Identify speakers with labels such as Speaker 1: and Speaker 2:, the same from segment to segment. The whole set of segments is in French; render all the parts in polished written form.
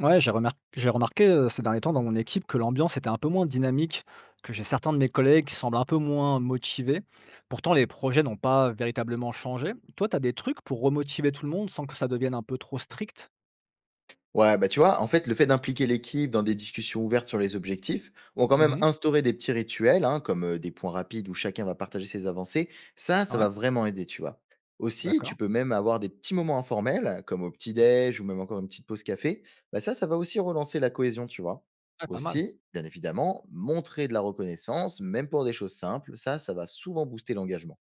Speaker 1: Ouais, j'ai remarqué ces derniers temps dans mon équipe que l'ambiance était un peu moins dynamique, que j'ai certains de mes collègues qui semblent un peu moins motivés. Pourtant, les projets n'ont pas véritablement changé. Toi, tu as des trucs pour remotiver tout le monde sans que ça devienne un peu trop strict?
Speaker 2: Ouais, bah tu vois, en fait, le fait d'impliquer l'équipe dans des discussions ouvertes sur les objectifs, ou quand même
Speaker 1: Mmh.
Speaker 2: instaurer des petits rituels, hein, comme des points rapides où chacun va partager ses avancées, ça
Speaker 1: Ouais,
Speaker 2: va vraiment aider, tu vois. Aussi, tu
Speaker 1: d'accord.
Speaker 2: peux même avoir des petits moments informels, comme au petit-déj ou même encore une petite pause café. Bah ça, ça va aussi relancer la cohésion, tu vois.
Speaker 1: Ouais, pas mal.
Speaker 2: Aussi, bien évidemment, montrer de la reconnaissance, même pour des choses simples, ça va souvent booster l'engagement.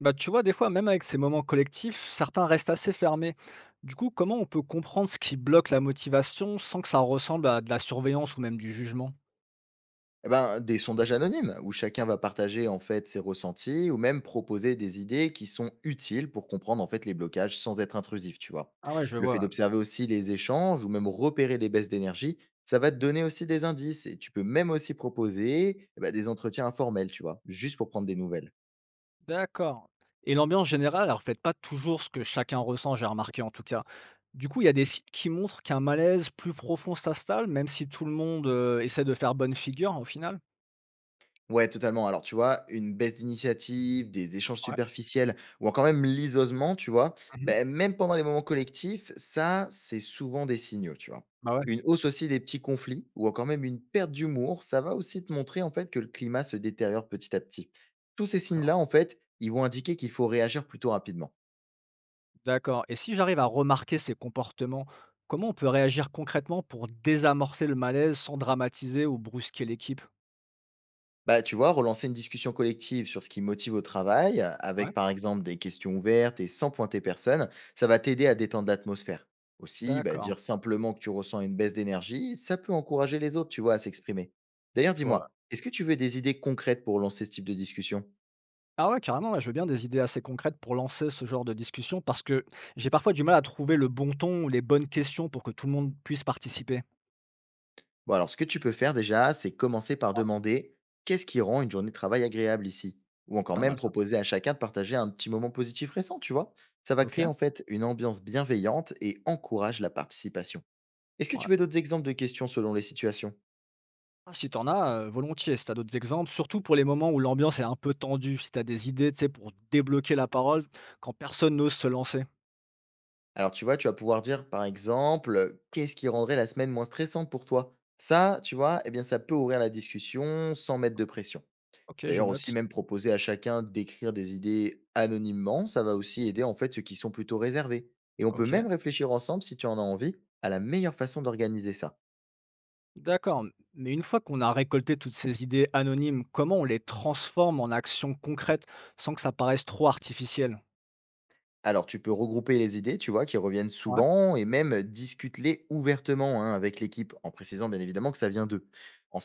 Speaker 1: Bah, tu vois, des fois, même avec ces moments collectifs, certains restent assez fermés. Du coup, comment on peut comprendre ce qui bloque la motivation sans que ça ressemble à de la surveillance ou même du jugement?
Speaker 2: Eh ben, des sondages anonymes où chacun va partager en fait ses ressentis ou même proposer des idées qui sont utiles pour comprendre en fait les blocages sans être intrusif, tu vois.
Speaker 1: Ah ouais, je
Speaker 2: Le fait
Speaker 1: vois.
Speaker 2: d'observer aussi les échanges ou même repérer les baisses d'énergie, ça va te donner aussi des indices et tu peux même aussi proposer eh ben, des entretiens informels, tu vois, juste pour prendre des nouvelles.
Speaker 1: D'accord. Et l'ambiance générale, elle reflète pas toujours ce que chacun ressent, j'ai remarqué en tout cas. Du coup, il y a des sites qui montrent qu'un malaise plus profond s'installe, même si tout le monde, essaie de faire bonne figure au final?
Speaker 2: Ouais, totalement. Alors, tu vois, une baisse d'initiative, des échanges
Speaker 1: Ouais.
Speaker 2: superficiels ou encore même l'isolement, tu vois,
Speaker 1: Mmh.
Speaker 2: ben, même pendant les moments collectifs, ça, c'est souvent des signaux, tu vois.
Speaker 1: Bah, ouais,
Speaker 2: Une hausse aussi des petits conflits ou encore même une perte d'humour, ça va aussi te montrer en fait que le climat se détériore petit à petit. Tous ces
Speaker 1: d'accord,
Speaker 2: signes-là, en fait, ils vont indiquer qu'il faut réagir plutôt rapidement.
Speaker 1: d'accord. Et si j'arrive à remarquer ces comportements, comment on peut réagir concrètement pour désamorcer le malaise sans dramatiser ou brusquer l'équipe?
Speaker 2: Bah, tu vois, relancer une discussion collective sur ce qui motive au travail,
Speaker 1: Ouais,
Speaker 2: avec par exemple des questions ouvertes et sans pointer personne, ça va t'aider à détendre l'atmosphère. Aussi, bah,
Speaker 1: d'accord,
Speaker 2: dire simplement que tu ressens une baisse d'énergie, ça peut encourager les autres, tu vois, à s'exprimer. D'ailleurs,
Speaker 1: je vois, ouais.
Speaker 2: dis-moi, est-ce que tu veux des idées concrètes pour lancer ce type de discussion?
Speaker 1: Ah ouais, carrément, ouais, je veux bien des idées assez concrètes pour lancer ce genre de discussion parce que j'ai parfois du mal à trouver le bon ton ou les bonnes questions pour que tout le monde puisse participer.
Speaker 2: Bon, alors ce que tu peux faire déjà, c'est commencer par
Speaker 1: Ouais,
Speaker 2: demander qu'est-ce qui rend une journée de travail agréable ici? Ou
Speaker 1: c'est
Speaker 2: encore
Speaker 1: pas
Speaker 2: même
Speaker 1: mal ça.
Speaker 2: proposer à chacun de partager un petit moment positif récent, tu vois. Ça va
Speaker 1: Ok.
Speaker 2: créer en fait une ambiance bienveillante et encourage la participation. Est-ce que
Speaker 1: Ouais.
Speaker 2: tu veux d'autres exemples de questions selon les situations?
Speaker 1: Ah, si t'en as, volontiers. Si t'as d'autres exemples, surtout pour les moments où l'ambiance est un peu tendue, si t'as des idées, tu sais, pour débloquer la parole quand personne n'ose se lancer.
Speaker 2: Alors, tu vois, tu vas pouvoir dire, par exemple, qu'est-ce qui rendrait la semaine moins stressante pour toi? Ça, tu vois, eh bien, ça peut ouvrir la discussion sans mettre de pression.
Speaker 1: Ok, je
Speaker 2: D'ailleurs aussi,
Speaker 1: note.
Speaker 2: même proposer à chacun d'écrire des idées anonymement, ça va aussi aider, en fait, ceux qui sont plutôt réservés. Et on peut
Speaker 1: Ok.
Speaker 2: même réfléchir ensemble, si tu en as envie, à la meilleure façon d'organiser ça.
Speaker 1: D'accord. Mais une fois qu'on a récolté toutes ces idées anonymes, comment on les transforme en actions concrètes sans que ça paraisse trop artificiel?
Speaker 2: Alors, tu peux regrouper les idées, tu vois, qui reviennent
Speaker 1: Ouais.
Speaker 2: souvent et même discute-les ouvertement hein, avec l'équipe, en précisant bien évidemment que ça vient d'eux.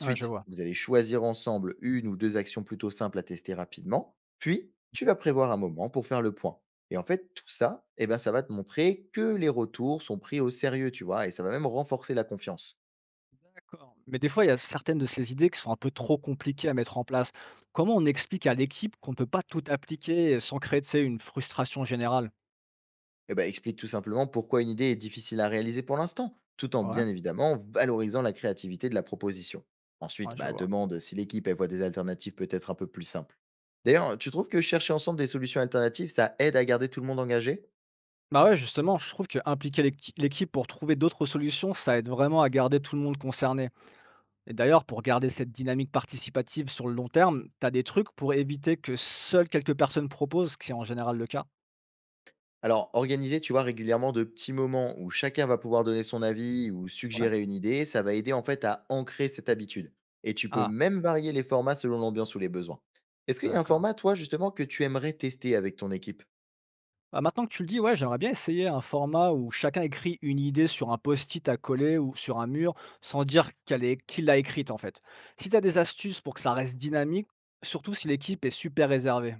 Speaker 1: Ouais, je vois.
Speaker 2: vous allez choisir ensemble une ou deux actions plutôt simples à tester rapidement, puis tu vas prévoir un moment pour faire le point. Et en fait, tout ça, eh ben, ça va te montrer que les retours sont pris au sérieux, tu vois, et ça va même renforcer la confiance.
Speaker 1: D'accord. Mais des fois, il y a certaines de ces idées qui sont un peu trop compliquées à mettre en place. Comment on explique à l'équipe qu'on ne peut pas tout appliquer sans créer, tu sais, une frustration générale?
Speaker 2: Eh ben, explique tout simplement pourquoi une idée est difficile à réaliser pour l'instant, tout en
Speaker 1: Ouais,
Speaker 2: bien évidemment valorisant la créativité de la proposition.
Speaker 1: ouais,
Speaker 2: Ensuite,
Speaker 1: je
Speaker 2: bah,
Speaker 1: vois.
Speaker 2: demande si l'équipe elle voit des alternatives peut-être un peu plus simples. D'ailleurs, tu trouves que chercher ensemble des solutions alternatives, ça aide à garder tout le monde engagé?
Speaker 1: Bah ouais, justement, je trouve que impliquer l'équipe pour trouver d'autres solutions, ça aide vraiment à garder tout le monde concerné. Et d'ailleurs, pour garder cette dynamique participative sur le long terme, t'as des trucs pour éviter que seules quelques personnes proposent, ce qui est en général le cas.
Speaker 2: Alors, organiser, tu vois, régulièrement de petits moments où chacun va pouvoir donner son avis ou
Speaker 1: Ouais.
Speaker 2: suggérer une idée, ça va aider en fait à ancrer cette habitude. Et tu peux
Speaker 1: Ah,
Speaker 2: même varier les formats selon l'ambiance ou les besoins. Est-ce qu'il y a un
Speaker 1: d'accord.
Speaker 2: format, toi, justement, que tu aimerais tester avec ton équipe?
Speaker 1: Bah, maintenant que tu le dis, ouais, j'aimerais bien essayer un format où chacun écrit une idée sur un post-it à coller ou sur un mur sans dire qu'elle est, qui l'a écrite en fait. Si tu as des astuces pour que ça reste dynamique, surtout si l'équipe est super réservée.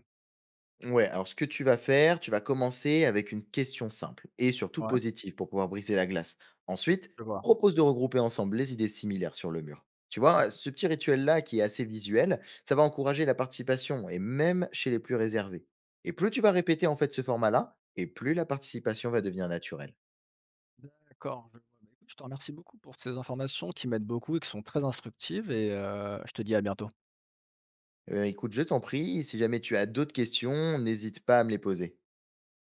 Speaker 2: Ouais, alors ce que tu vas faire, tu vas commencer avec une question simple et surtout
Speaker 1: Ouais,
Speaker 2: positive pour pouvoir briser la glace. Ensuite,
Speaker 1: je vois.
Speaker 2: propose de regrouper ensemble les idées similaires sur le mur. Tu
Speaker 1: D'accord.
Speaker 2: vois, ce petit rituel-là qui est assez visuel, ça va encourager la participation et même chez les plus réservés. Et plus tu vas répéter en fait ce format-là, et plus la participation va devenir naturelle.
Speaker 1: Je, vois. Bah, écoute, je te remercie beaucoup pour ces informations qui m'aident beaucoup et qui sont très instructives et je te dis à bientôt.
Speaker 2: Eh bien, écoute, je t'en prie, si jamais tu as d'autres questions, n'hésite pas à me les poser.